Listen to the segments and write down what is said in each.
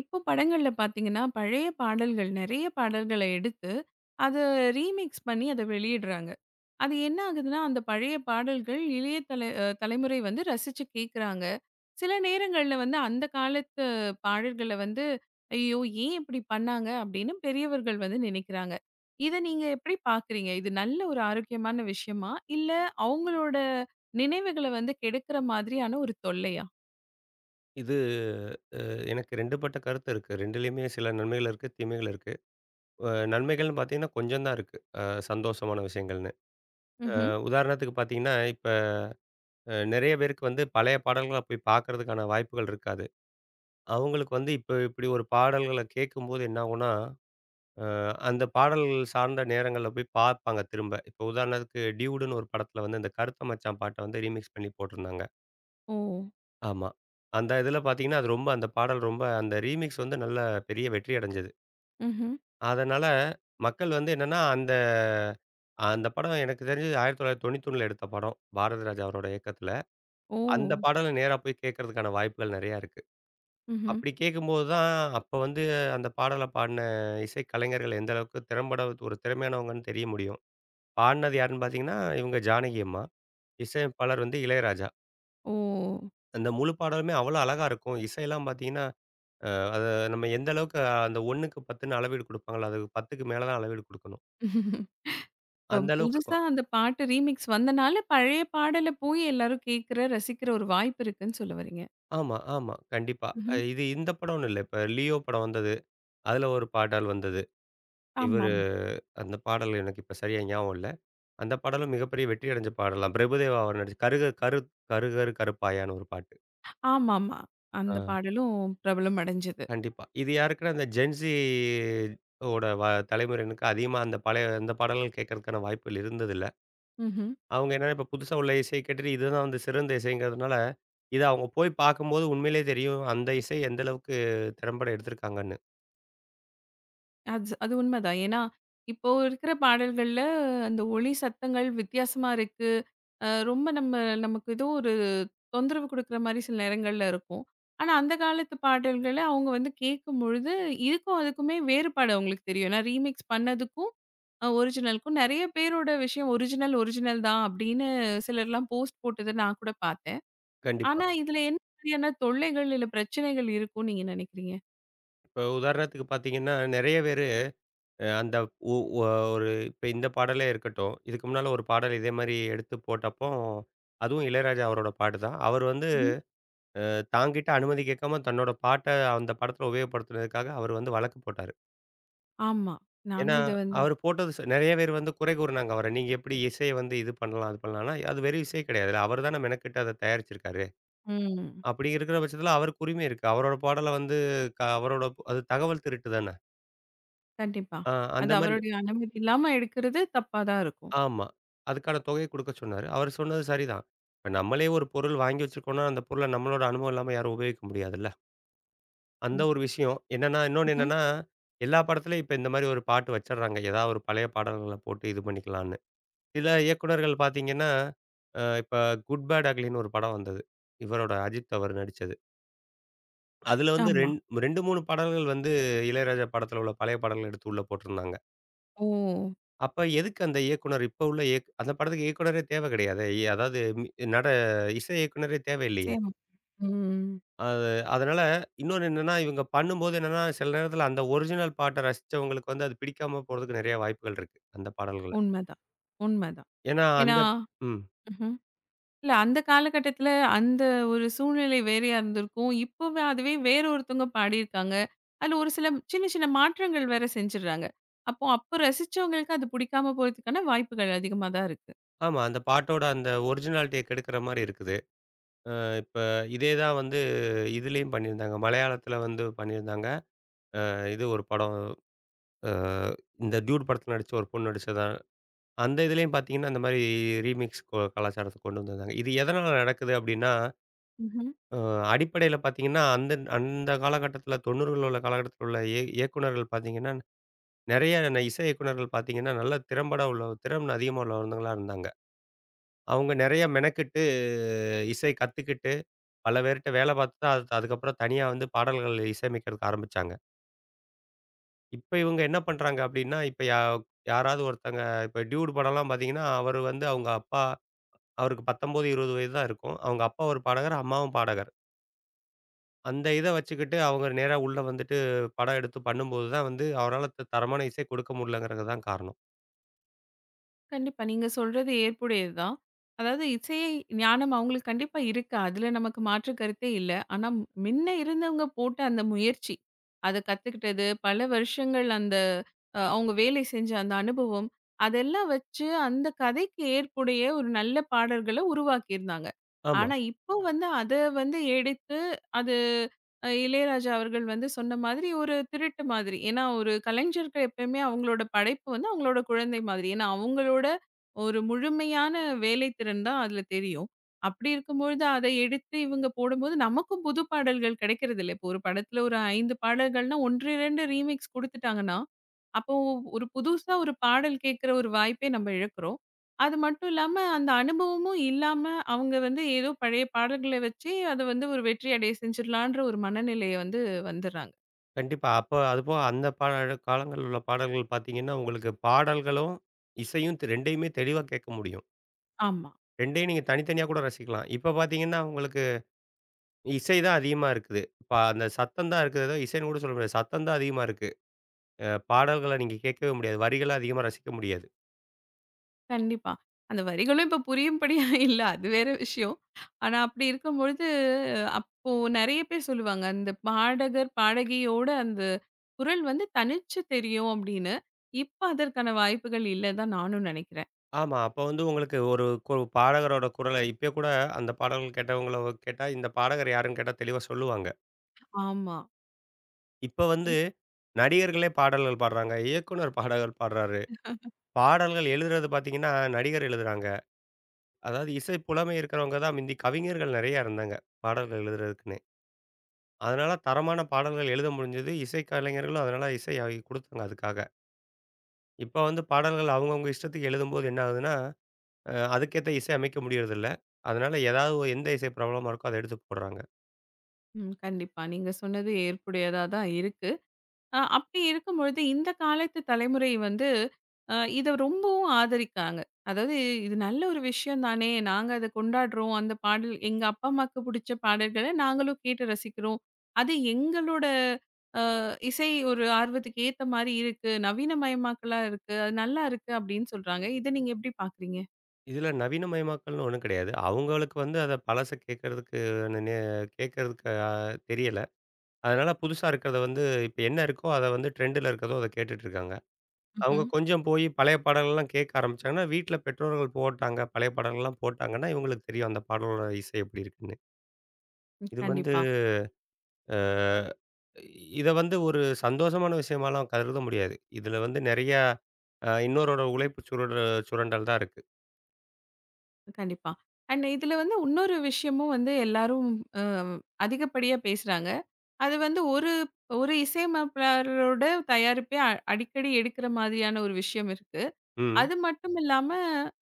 இப்போ படங்கள்ல பார்த்தீங்கன்னா, பழைய பாடல்கள் நெறைய பாடல்கள எடுத்து, அத ரீமிக்ஸ் பண்ணி அத வெளியிடுறாங்க. அது என்ன ஆகுதுன்னா, அந்த பழைய பாடல்கள் இளைய தலைமுறை வந்து ரசிச்சு கேட்குறாங்க. சில நேரங்கள்ல வந்து அந்த காலத்து பாடல்கள வந்து, "ஐயோ! ஏன் இப்படி பண்ணாங்க?" அப்படின்னு பெரியவர்கள் வந்து நினைக்கிறாங்க. இத நீங்க எப்படி பார்க்குறீங்க? இது நல்ல ஒரு ஆரோக்கியமான விஷயமா? இல்ல அவங்களோட நினைவுகள வந்து கெடுக்கிற மாதிரியான ஒரு தொல்லையா? இது அ எனக்கு 2 பட்ட கருத்து இருக்கு. 2லயுமே சில நன்மைகள் இருக்கு, தீமைகள் இருக்கு. நன்மைகள்னு பார்த்தீங்கன்னா, கொஞ்சம் தான் இருக்கு. சந்தோஷமான விஷயங்கள்னு. ம்ஹ்ம். உதாரணத்துக்கு பார்த்தீங்கன்னா, இப்ப நெறைய பேருக்கு வந்து பழைய பாடல்கள போய் பார்க்கறதுக்கான வாய்ப்புகள் இருக்காது. அவங்களுக்கு வந்து இப்ப இப்படி ஒரு பாடல்கள கேட்கும்போது என்ன ஆகும்னா, அந்த பாடல் சார்ந்த நேரங்கள்ல போய் பார்ப்பாங்க திரும்ப. இப்ப உதாரணத்துக்கு டியூடுன்னு ஒரு படத்துல வந்து இந்த கருத்த மச்சான் பாட்ட வந்து ரீமிக்ஸ் பண்ணி போட்டிருந்தாங்க. ஓ! ஆமா. அந்த இதுல பார்த்தீங்கன்னா, அது ரொம்ப அந்த பாடல் ரொம்ப அந்த ரீமிக்ஸ் வந்து நல்ல பெரிய வெற்றி அடைஞ்சது. ம்ஹ்ம். அதனால, மக்கள் வந்து என்னன்னா, அந்த அந்த படம் எனக்கு தெரிஞ்சு 1991ல எடுத்த படம். பாரதிராஜா அவரோட இயக்கத்தில. ஓ! அந்த பாடல நேரா போய் கேட்கறதுக்கான வாய்ப்புகள் நெறையா இருக்கு. ம்ஹ்ம். அப்படி கேட்கும்போது தான், அப்ப வந்து அந்த பாடல பாடின இசைக் கலைஞர்கள் எந்த அளவுக்கு திறம்பட ஒரு திறமையானவங்கன்னு தெரிய முடியும். பாடுனது யாருன்னு பார்த்தீங்கன்னா, இவங்க ஜானகி அம்மா. இசையமைப்பாளர் வந்து இளையராஜா. ஓ! அந்த முழு பாடலுமே அவ்வளோ அழகா இருக்கும். இசையெல்லாம் பார்த்தீங்கன்னா, அத நம்ம எந்த அளவுக்கு அந்த 1க்கு 10ன்னு அளவீடு குடுப்பாங்களோ, அதுக்கு 10க்கு மேல தான் அளவீடு குடுக்கணும். இப்ப அந்த அளவுக்கு புதுசா இருக்கும். அந்த பாட்டு ரீமிக்ஸ் வந்தனால, பழைய பாடல போய் எல்லாரும் கேட்கிற, ரசிக்கிற ஒரு வாய்ப்பு இருக்குன்னு சொல்ல வர்றீங்க. ஆமா, ஆமா. கண்டிப்பா. ம்ஹ்ம். இது இந்த படம்னு இல்ல. இப்ப லியோ படம் வந்தது. அதுல ஒரு பாடல் வந்தது. இவரு ஆமாமா. அந்த பாடல் எனக்கு இப்ப சரியா ஞாபகம் இல்ல. அந்த பாடலும் மிகப்பெரிய வெற்றி அடைஞ்ச பாடலாம். பிரபுதேவா அவர் நடிச்ச கரு கருப்பாயான்னு ஒரு பாட்டு. ஆமாமா. ஆ அந்த பாடலும் பிரபலம் அடைஞ்சது. கண்டிப்பா. இது யாருக்குன்னா இந்த ஜென்ஸி ஓட வ தலைமுறையினருக்கு அதிகமா அந்த பழைய அந்த பாடல்கள் கேட்கறதுக்கான வாய்ப்புகள் இருந்ததில்ல. ம்ஹ்ம். அவங்க என்னன்னா இப்ப புதுசா உள்ள இசைய கேட்டுட்டு இதுதான் வந்து சிறந்த இசைங்கிறதுனால, இத அவங்க போய் பார்க்கும்போது உண்மையிலேயே தெரியும். அந்த இசை எந்த அளவுக்கு திறம்பட எடுத்திருக்காங்கன்னு. அது அது உண்மைதான். ஏன்னா, இப்போ இருக்கிற பாடல்கள்ல அந்த ஒலி சத்தங்கள் வித்தியாசமா இருக்கு. ரொம்ப நமக்கு ஏதோ ஒரு தொந்தரவு குடுக்குற மாரி சில நேரங்கள்ல இருக்கும். ஆனா, அந்த காலத்து பாடல்கள அவங்க வந்து கேட்கும்பொழுது, இதுக்கும் அதுக்குமே வேறுபாடு அவங்களுக்கு தெரியும். ஏன்னா, ரீமிக்ஸ் பண்ணதுக்கும், ஒரிஜினலுக்கும் நெறைய பேரோட விஷயம் ஒரிஜினல், ஒரிஜினல் தான் அப்படின்னு சிலர்லாம் போஸ்ட் போட்டத நான் கூட பார்த்தேன். கண்டிப்பா. ஆனா, இதுல என்ன மாதிரியான தொல்லைகள், இல்ல பிரச்சனைகள் இருக்கும்னு நீங்க நினைக்கிறீங்க? இப்ப உதாரணத்துக்கு பார்த்தீங்கன்னா, நெறைய பேரு அ அந்த உ ஒ ஒரு இப்ப இந்த பாடலே இருக்கட்டும். இதுக்கு முன்னால ஒரு பாடல் இதே மாரி எடுத்து போட்டப்போ, அதுவும் இளையராஜா அவரோட பாட்டு தான். அவர் வந்து ம்ஹ்ம். அ தாங்கிட்ட அனுமதி கேட்காம தன்னோட பாட்ட அந்த படத்துல உபயோகப்படுத்துனதுக்காக அவர் வந்து வழக்கு போட்டாரு. ஆமா. ஏன்னா, நானும் இத வந்து. அவர் போட்டது நெறைய பேர் வந்து குறை கூறுனாங்க அவர. நீங்க எப்படி இசைய வந்து இது பண்ணலாம், அது பண்ணலாம்னா, அது வெறும் இசை கிடையாதுல்ல. அவர் தானே மெனக்கெட்டு அத தயாரிச்சிருக்காரு. ம். அப்படி இருக்கிற பட்சத்துல அவருக்கு உரிமை இருக்கு. அவரோட பாடல வந்து அவரோட அது தகவல் திருட்டு தானே. கண்டிப்பா. ஆ அந்த அது மாரி அவருடைய அனுமதி இல்லாம எடுக்கிறது தப்பா தான் இருக்கும். ஆமா. அதுக்கான தொகைய குடுக்க சொன்னாரு. அவரு சொன்னது சரிதான். இப்ப நம்மளே ஒரு பொருள் வாங்கி வச்சிருக்கோம்னா, அந்த பொருள நம்மளோட அனுபவம் இல்லாம யாரும் உபயோகிக்க முடியாதுல்ல. அந்த ம். ஒரு விஷயம். என்னன்னா இன்னொன்னு ம்ஹ்ம். என்னன்னா, எல்லா படத்துலயும் இப்ப இந்த மாரி ஒரு பாட்டு வச்சர்றாங்க. ஏதாவது ஒரு பழைய பாடல்கள போட்டு இது பண்ணிக்கலான்னு. சில இயக்குனர்கள் பார்த்தீங்கன்னா, இப்ப குட் பேட் அக்லின்னு ஒரு படம் வந்தது. இவரோட அஜித் அவர் நடிச்சது. அதுல வந்து ஆமா. 2, 3 பாடல்கள் வந்து இளையராஜா படத்துல உள்ள பழைய பாடல்கள் எடுத்து உள்ள போட்டிருந்தாங்க. ஓ! அப்ப எதுக்கு அந்த இயக்குனர் இப்ப உள்ள அந்த படத்துக்கு இயக்குனரே தேவை கிடையாதே! அதாவது மி நட இசை இயக்குனரே தேவையில்லையே! நிச்சயமா. ம். அது அதனால இன்னொன்னு என்னன்னா, இவங்க பண்ணும்போது என்னன்னா, சில நேரத்தில அந்த ஒரிஜினல் பாட்ட ரசிச்சவங்களுக்கு வந்து அது பிடிக்காம போறதுக்கு நெறைய வாய்ப்புகள் இருக்கு, அந்த பாடல்கள. உண்மதான். உண்மதான். ஏன்னா ஏன்னா. அந்த ம். ம்ஹ்ம். இல்ல அந்த காலகட்டத்தில அந்த ஒரு சூழ்நிலை வேறையா இருந்திருக்கும். இப்பவே அதுவே வேற ஒருத்தவங்க பாடியிருக்காங்க. அதுல ஒரு சில சின்ன சின்ன மாற்றங்கள் வேற செஞ்சுடுறாங்க. அப்போ அப்ப ரசிச்சவங்களுக்கு அது பிடிக்காம போறதுக்கான வாய்ப்புகள் அதிகமா தான் இருக்கு. ஆமா. அந்த பாட்டோட அந்த ஒரிஜினாலிட்டிய கெடுக்கிற மாரி இருக்குது. அ இப்ப இதே தான் வந்து இதுலயும் பண்ணியிருந்தாங்க. மலையாளத்தில வந்து பண்ணியிருந்தாங்க. இது ஒரு படம். அ இந்த டியூட் படத்தில நடிச்ச ஒரு பொண்ணு நடிச்சதா அந்த இதுலயும் பார்த்தீங்கன்னா, அந்த மாரி ரீமிக்ஸ் கலாச்சாரத்த கொண்டு வந்திருந்தாங்க. இது எதனால நடக்குது அப்டின்னா, ம்ஹ்ம். அ அடிப்படையில பார்த்தீங்கன்னா, அந்த அந்த காலகட்டத்தில 90கள்ல உள்ள காலகட்டத்தில உள்ள இயக்குனர்கள் பார்த்தீங்கன்னா, நெறைய இசை இயக்குனர்கள் பார்த்தீங்கன்னா, நல்ல திறம்பட உள்ள திறன் அதிகமா உள்ளவங்களா இருந்தாங்க. அவங்க நெறைய மெனக்கிட்டு இசை கத்துக்கிட்டு, பல பேர்ட்ட வேல பார்த்து தான் அது அதுக்கப்புறம் தனியா வந்து பாடல்கள் இசையமைக்கிறதுக்கு ஆரம்பிச்சாங்க. இப்ப இவங்க என்ன பண்றாங்க அப்டின்னா, இப்ப யாராவது ஒருத்தங்க இப்ப டியூட் படம்லாம் பார்த்தீங்கன்னா, அவரு வந்து அவங்க அப்பா அவருக்கு 19, 20 வயது தான் இருக்கும். அவங்க அப்பா ஒரு பாடகர், அம்மாவும் பாடகர். அந்த இத வச்சுக்கிட்டு அவங்க நேரா உள்ள வந்துட்டு படம் எடுத்து பண்ணும்போது தான் வந்து அவரால தரமான இசை கொடுக்க முடியலங்கிறது தான் காரணம். கண்டிப்பா. நீங்க சொல்றது ஏற்புடையது தான். அதாவது இசை ஞானம் அவங்களுக்கு கண்டிப்பா இருக்கு. அதுல நமக்கு மாற்று கருத்தே இல்ல. ஆனா முன்ன இருந்தவங்க போட்ட அந்த முயற்சி, அத கத்துக்கிட்டது, பல வருஷங்கள் அந்த அவங்க வேலை செஞ்ச அந்த அனுபவம், அதெல்லாம் வச்சு அந்த கதைக்கு ஏற்புடைய ஒரு நல்ல பாடல்கள உருவாக்கியிருந்தாங்க. ஆமா. ஆனா இப்போ வந்து அத வந்து எடுத்து அது இளையராஜா அவர்கள் வந்து சொன்ன மாதிரி ஒரு திருட்டு மாதிரி. ஏன்னா, ஒரு கலைஞருக்கு எப்பயுமே அவங்களோட படைப்பு வந்து அவங்களோட குழந்தை மாதிரி. ஏன்னா, அவங்களோட ஒரு முழுமையான வேலைத்திறன் தான் அதில தெரியும். அப்படி இருக்கும்பொழுது அத எடுத்து இவங்க போடும்போது நமக்கும் புது பாடல்கள் கிடைக்கிறதில்ல. இப்போ ஒரு படத்துல ஒரு 5 பாடல்கள்னா 1, 2 ரீமிக்ஸ் குடுத்துட்டாங்கன்னா, அப்போ ஒரு புதுசா ஒரு பாடல் கேட்கிற ஒரு வாய்ப்பே நம்ம இழக்கிறோம். அது மட்டும் இல்லாம, அந்த அனுபவமும் இல்லாம, அவங்க வந்து ஏதோ பழைய பாடல்கள வச்சு, அத வந்து ஒரு வெற்றி அடைய செஞ்சிடலான்ற ஒரு மனநிலைய வந்து வந்துர்றாங்க. கண்டிப்பா. அப்ப அதுபோக அந்த காலங்கள்ல உள்ள பாடல்கள் பார்த்தீங்கன்னா, உங்களுக்கு பாடல்களும், இசையும் 2யுமே தெளிவா கேட்க முடியும். ஆமா. 2யும் நீங்க தனித்தனியா கூட ரசிக்கலாம். இப்ப பார்த்தீங்கன்னா, உங்களுக்கு இசை தான் அதிகமா இருக்குது. இப்ப அந்த சத்தம் தான் இருக்குது. ஏதோ இசைன்னு கூட சொல்ல முடியாது. சத்தம் தான் அதிகமா இருக்கு. பாடல்கள நீங்க கேட்கவே முடியாது. வரிகள அதிகமா ரசிக்க முடியாது. கண்டிப்பா. அந்த வரிகளும் இப்ப புரியும்படியா இல்ல. அது வேற விஷயம். ஆனா அப்படி இருக்கும்பொழுது, அப்போ நெறைய பேர் சொல்லுவாங்க. அந்த பாடகர், பாடகியோட அந்த குரல் வந்து தனிச்சு தெரியும் அப்படின்னு. இப்ப அதற்கான வாய்ப்புகள் இல்ல தான் நானும் நெனைக்கிறேன். ஆமா. அப்ப வந்து உங்களுக்கு ஒரு பாடகரோட குரல இப்பயே கூட அந்த பாடல்கள் கேட்டவங்கள கேட்டா, இந்த பாடகர் யாருன்னு கேட்டா தெளிவா சொல்லுவாங்க. ஆமா. இப்ப வந்து இப் நடிகர்களே பாடல்கள் பாடுறாங்க. இயக்குனர் பாடல்கள் பாடுறாரு. பாடல்கள் எழுதுறது பார்த்தீங்கன்னா, நடிகர் எழுதுறாங்க. அதாவது இசை புலமை இருக்கிறவங்க தான் முந்தி கவிஞர்கள் நெறையா இருந்தாங்க. பாடல்கள் எழுதுறதுக்குன்னே. அதனால தரமான பாடல்கள் எழுத முடிஞ்சது. இசை கலைஞர்களும் அதனால இசை குடுத்தாங்க அதுக்காக. இப்ப வந்து பாடல்கள் அவங்கவங்க இஷ்டத்துக்கு எழுதும்போது என்ன ஆகுதுன்னா அதுக்கேத்த இசை அமைக்க முடியறதில்ல. அதனால ஏதாவது எந்த இசை பிரபலமா இருக்கோ அத எடுத்து போடுறாங்க. ம். கண்டிப்பா. நீங்க சொன்னது ஏற்புடையதா தான் இருக்கு. அப்படி இருக்கும்பொழுது, இந்த காலத்து தலைமுறை வந்து இத ரொம்பவும் ஆதரிக்காங்க. அதாவது இது நல்ல ஒரு விஷயம் தானே! நாங்க அத கொண்டாடுறோம். அந்த பாடல் எங்க அப்பா, அம்மாக்கு பிடிச்ச பாடல்கள நாங்களும் கேட்டு ரசிக்கிறோம். அது எங்களோட அ இசை ஒரு ஆர்வத்துக்கு ஏத்த மாரி இருக்கு. நவீனமயமாக்கலா இருக்கு. அது நல்லா இருக்கு அப்படின்னு சொல்றாங்க. இத நீங்க எப்படி பார்க்குறீங்க? இதில நவீனமயமாக்கல்னு ஒண்ணும் கிடையாது. அவங்களுக்கு வந்து அத பழச கேட்கறதுக்கு நெ கேட்கறதுக்கு தெரியல. அதனால புதுசா இருக்கிறத வந்து இப்ப என்ன இருக்கோ அத வந்து ட்ரெண்டுல இருக்கிறதோ அத கேட்டுட்டு இருக்காங்க. அவங்க ம்ஹ்ம். கொஞ்சம் போய் பழைய பாடல்கள்லாம் கேட்க ஆரம்பிச்சாங்கன்னா, வீட்ல பெற்றோர்கள் போட்டாங்க, பழைய பாடல்கள்லாம் போட்டாங்கன்னா, இவங்களுக்கு தெரியும் அந்த பாடலோட இசை எப்படி இருக்குன்னு. ம். இது வந்து கண்டிப்பா, அ இத வந்து ஒரு சந்தோஷமான விஷயமாலாம் கருத முடியாது. இதுல வந்து நெறையா இன்னோரோட உழைப்பு சுரண்டல் தான் இருக்கு. கண்டிப்பா. அண்ட் இதுல வந்து இன்னொரு விஷயமும் வந்து எல்லாரும் அ அதிகப்படியா பேசுறாங்க. அது வந்து ஒரு ஒரு இசையமைப்பாளரோட தயாரிப்பே அடிக்கடி எடுக்கிற மாதிரியான ஒரு விஷயம் இருக்கு. ம். அது மட்டும் இல்லாம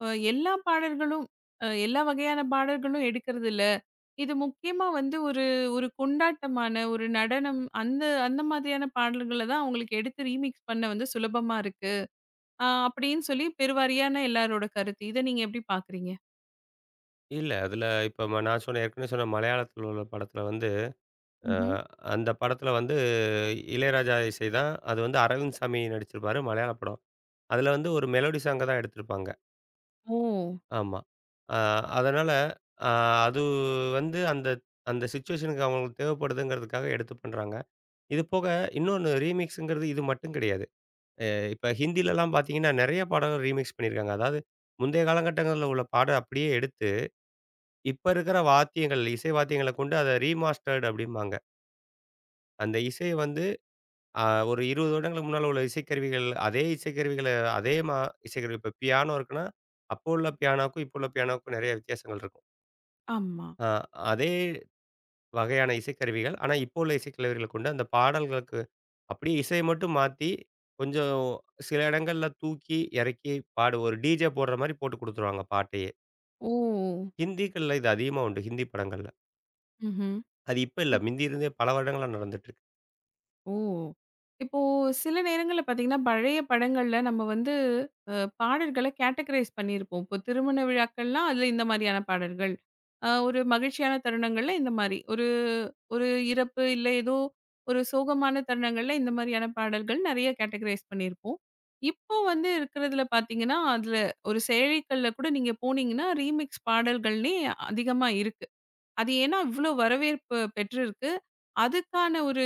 எல்லா பாடல்களும் எல்லா வகையான பாடல்களும் எடுக்கிறது இல்ல. இது முக்கியமா வந்து ஒரு ஒரு கொண்டாட்டமான, ஒரு நடனம் அந்த அந்த மாதிரியான பாடல்கள தான் அவங்களுக்கு எடுத்து ரீமிக்ஸ் பண்ண வந்து சுலபமா இருக்கு. அப்படின்னு சொல்லி பெருவாரியான எல்லாரோட கருத்து. இத நீங்க எப்படி பார்க்குறீங்க? இல்ல அதுல இப்ப நான் சொன்ன ஏற்கனவே சொன்ன மலையாளத்துல உள்ள படத்துல வந்து, அ ம்ஹ்ம். அந்த படத்துல வந்து இளையராஜா இசை தான். அது வந்து அரவிந்த் சாமி நடிச்சிருப்பாரு மலையாள படம். அதுல வந்து ஒரு மெலோடி சாங்க தான் எடுத்திருப்பாங்க. ஓ! ஆமா. அ அதனால அ அது வந்து அந்த அந்த சிச்சுவேஷனுக்கு அவங்களுக்கு தேவைப்படுதுங்கிறதுக்காக எடுத்து பண்றாங்க. இது போக இன்னொன்னு ரீமிக்ஸுங்கிறது இது மட்டும் கிடையாது. அ இப்ப ஹிந்திலலாம் பார்த்தீங்கன்னா, நெறைய பாடல்கள் ரீமிக்ஸ் பண்ணியிருக்காங்க. அதாவது முந்தைய காலகட்டங்கள்ல உள்ள பாட அப்படியே எடுத்து, இப்ப இருக்கிற வாத்தியங்கள், இசை வாத்தியங்கள கொண்டு அத ரீமாஸ்டர்ட் அப்படிம்பாங்க. அந்த இசைய வந்து அ ஒரு 20 வருடங்களுக்கு முன்னால உள்ள இசைக்கருவிகள், அதே இசைக்கருவிகள அதே மா இசைக்கருவி இப்ப பியானோ இருக்குன்னா, அப்போ உள்ள பியானோக்கும், இப்போ உள்ள பியானோக்கும் நெறைய வித்தியாசங்கள் இருக்கும். ஆமா. அ அதே வகையான இசைக்கருவிகள். ஆனா, இப்போ உள்ள இசைக்கருவிகள கொண்டு அந்த பாடல்களுக்கு அப்படியே இசைய மட்டும் மாத்தி, கொஞ்சம் சில இடங்கள்ல தூக்கி, இறக்கி ஒரு டிஜே போடுற மாரி போட்டு குடுத்துருவாங்க பாட்டையே. ஓ! ஹிந்திகள்ல இது அதிகமா உண்டு, ஹிந்தி படங்கள்ல. ம்ஹ்ம். அது இப்ப இல்ல, மிந்தி இருந்தே பல வருடங்களா நடந்துட்டு இருக்கு. ஓ! இப்போ சில நேரங்கள்ல பார்த்தீங்கன்னா, பழைய படங்கள்ல நம்ம வந்து அ பாடல்கள கேட்டகரைஸ் பண்ணியிருப்போம். இப்போ திருமண விழாக்கள்னா, அதுல இந்த மாரியான பாடல்கள். ஒரு மகிழ்ச்சியான தருணங்கள்ல இந்த மாரி. ஒரு ஒரு இறப்பு, இல்ல ஏதோ ஒரு சோகமான தருணங்கள்ல இந்த மாரியான பாடல்கள் நெறைய கேட்டகரைஸ் பண்ணியிருப்போம். இப்போ வந்து இருக்கிறதுல பார்த்தீங்கன்னா, அதுல ஒரு செயலிகள்ல கூட நீங்க போனீங்கன்னா, ரீமிக்ஸ் பாடல்கள்னே அதிகமா இருக்கு. அது ஏன்னா இவ்ளோ வரவேற்பு பெற்றிருக்கு. அதுக்கான ஒரு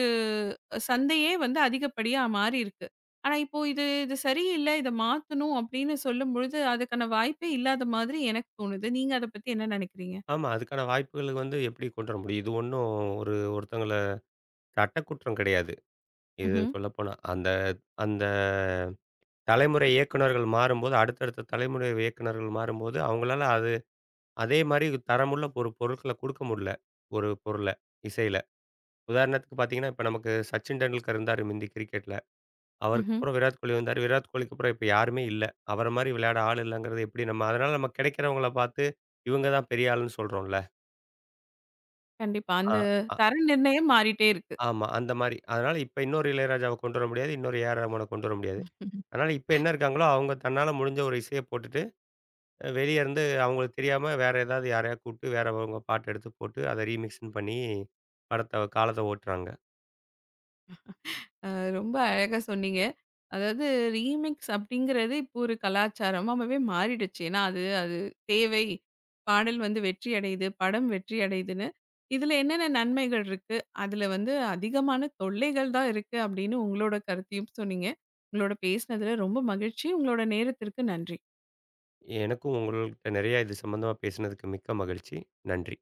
சந்தையே வந்து அதிகப்படியா மாறியிருக்கு. ஆனா இப்போ இது இது சரியில்ல. இத மாத்தணும் அப்படின்னு சொல்லும்பொழுது, அதுக்கான வாய்ப்பே இல்லாத மாதிரி எனக்கு தோணுது. நீங்க அத பத்தி என்ன நெனைக்கிறீங்க? ஆமா, அதுக்கான வாய்ப்புகள் வந்து எப்படி கொண்டு வர முடியும்? இது ஒண்ணும் ஒரு ஒருத்தங்கள சட்டக்குற்றம் கிடையாது. இது ம்ஹ்ம், சொல்லப்போனா. அந்த அந்த தலைமுறை இயக்குனர்கள் மாறும்போது, அடுத்தடுத்த தலைமுறை இயக்குனர்கள் மாறும்போது, அவங்களால அத அதே மாரி தரமுள்ள ஒரு பொருட்கள குடுக்க முடியல. ஒரு பொருள, இசையில. உதாரணத்துக்கு பார்த்தீங்கன்னா, இப்ப நமக்கு சச்சின் டெண்டுல்கர் இருந்தாரு முந்தி கிரிக்கெட்ல. அவருக்கு ம்ஹ்ம். அப்புறம் விராட் கோலி வந்தாரு. விராட் கோலிக்கு அப்புறம் இப்ப யாருமே இல்ல. அவர மாரி விளையாட ஆள் இல்லங்கிறது எப்படி நம்ம அதனால நம்ம கிடைக்கிறவங்கள பார்த்து, இவங்க தான் பெரிய ஆளுன்னு சொல்றோம்ல. கண்டிப்பா. ஆ, அந்த ஆ தர நிர்ணயம் மாறிட்டே இருக்கு. ஆமா. அந்த மாரி. அதனால இப்ப இன்னொரு இளையராஜாவ கொண்டு வர முடியாது. இன்னொரு ஏ ஆர் ரகுமான கொண்டு வர முடியாது. அதனால இப்ப என்ன இருக்காங்களோ, அவங்க தன்னால முடிஞ்ச ஒரு இசைய போட்டுட்டு வெளிய இருந்து அவங்களுக்கு தெரியாம வேற ஏதாவது யாரையா கூப்பிட்டு வேறவங்க பாட்டு எடுத்து போட்டு அத ரீமிக்ஸ்ன்னு பண்ணி படத்த காலத்த ஓட்டுறாங்க. அ ரொம்ப அழகா சொன்னீங்க. அதாவது ரீமிக்ஸ் அப்படிங்கிறது இப்போ ஒரு கலாச்சாரமாவே மாறிடுச்சு. ஏன்னா அது அது தேவை. பாடல் வந்து வெற்றி அடையுது, படம் வெற்றி அடையுதுன்னு. இதுல என்னென்ன நன்மைகள் இருக்கு? அதுல வந்து அதிகமான தொல்லைகள் தான் இருக்கு அப்படின்னு உங்களோட கருத்தையும் சொன்னீங்க. உங்களோட பேசினதுல ரொம்ப மகிழ்ச்சி. உங்களோட நேரத்திற்கு நன்றி. எனக்கும் உங்கள்ட்ட நெறைய இது சம்மந்தமா பேசினதுக்கு மிக்க மகிழ்ச்சி. நன்றி.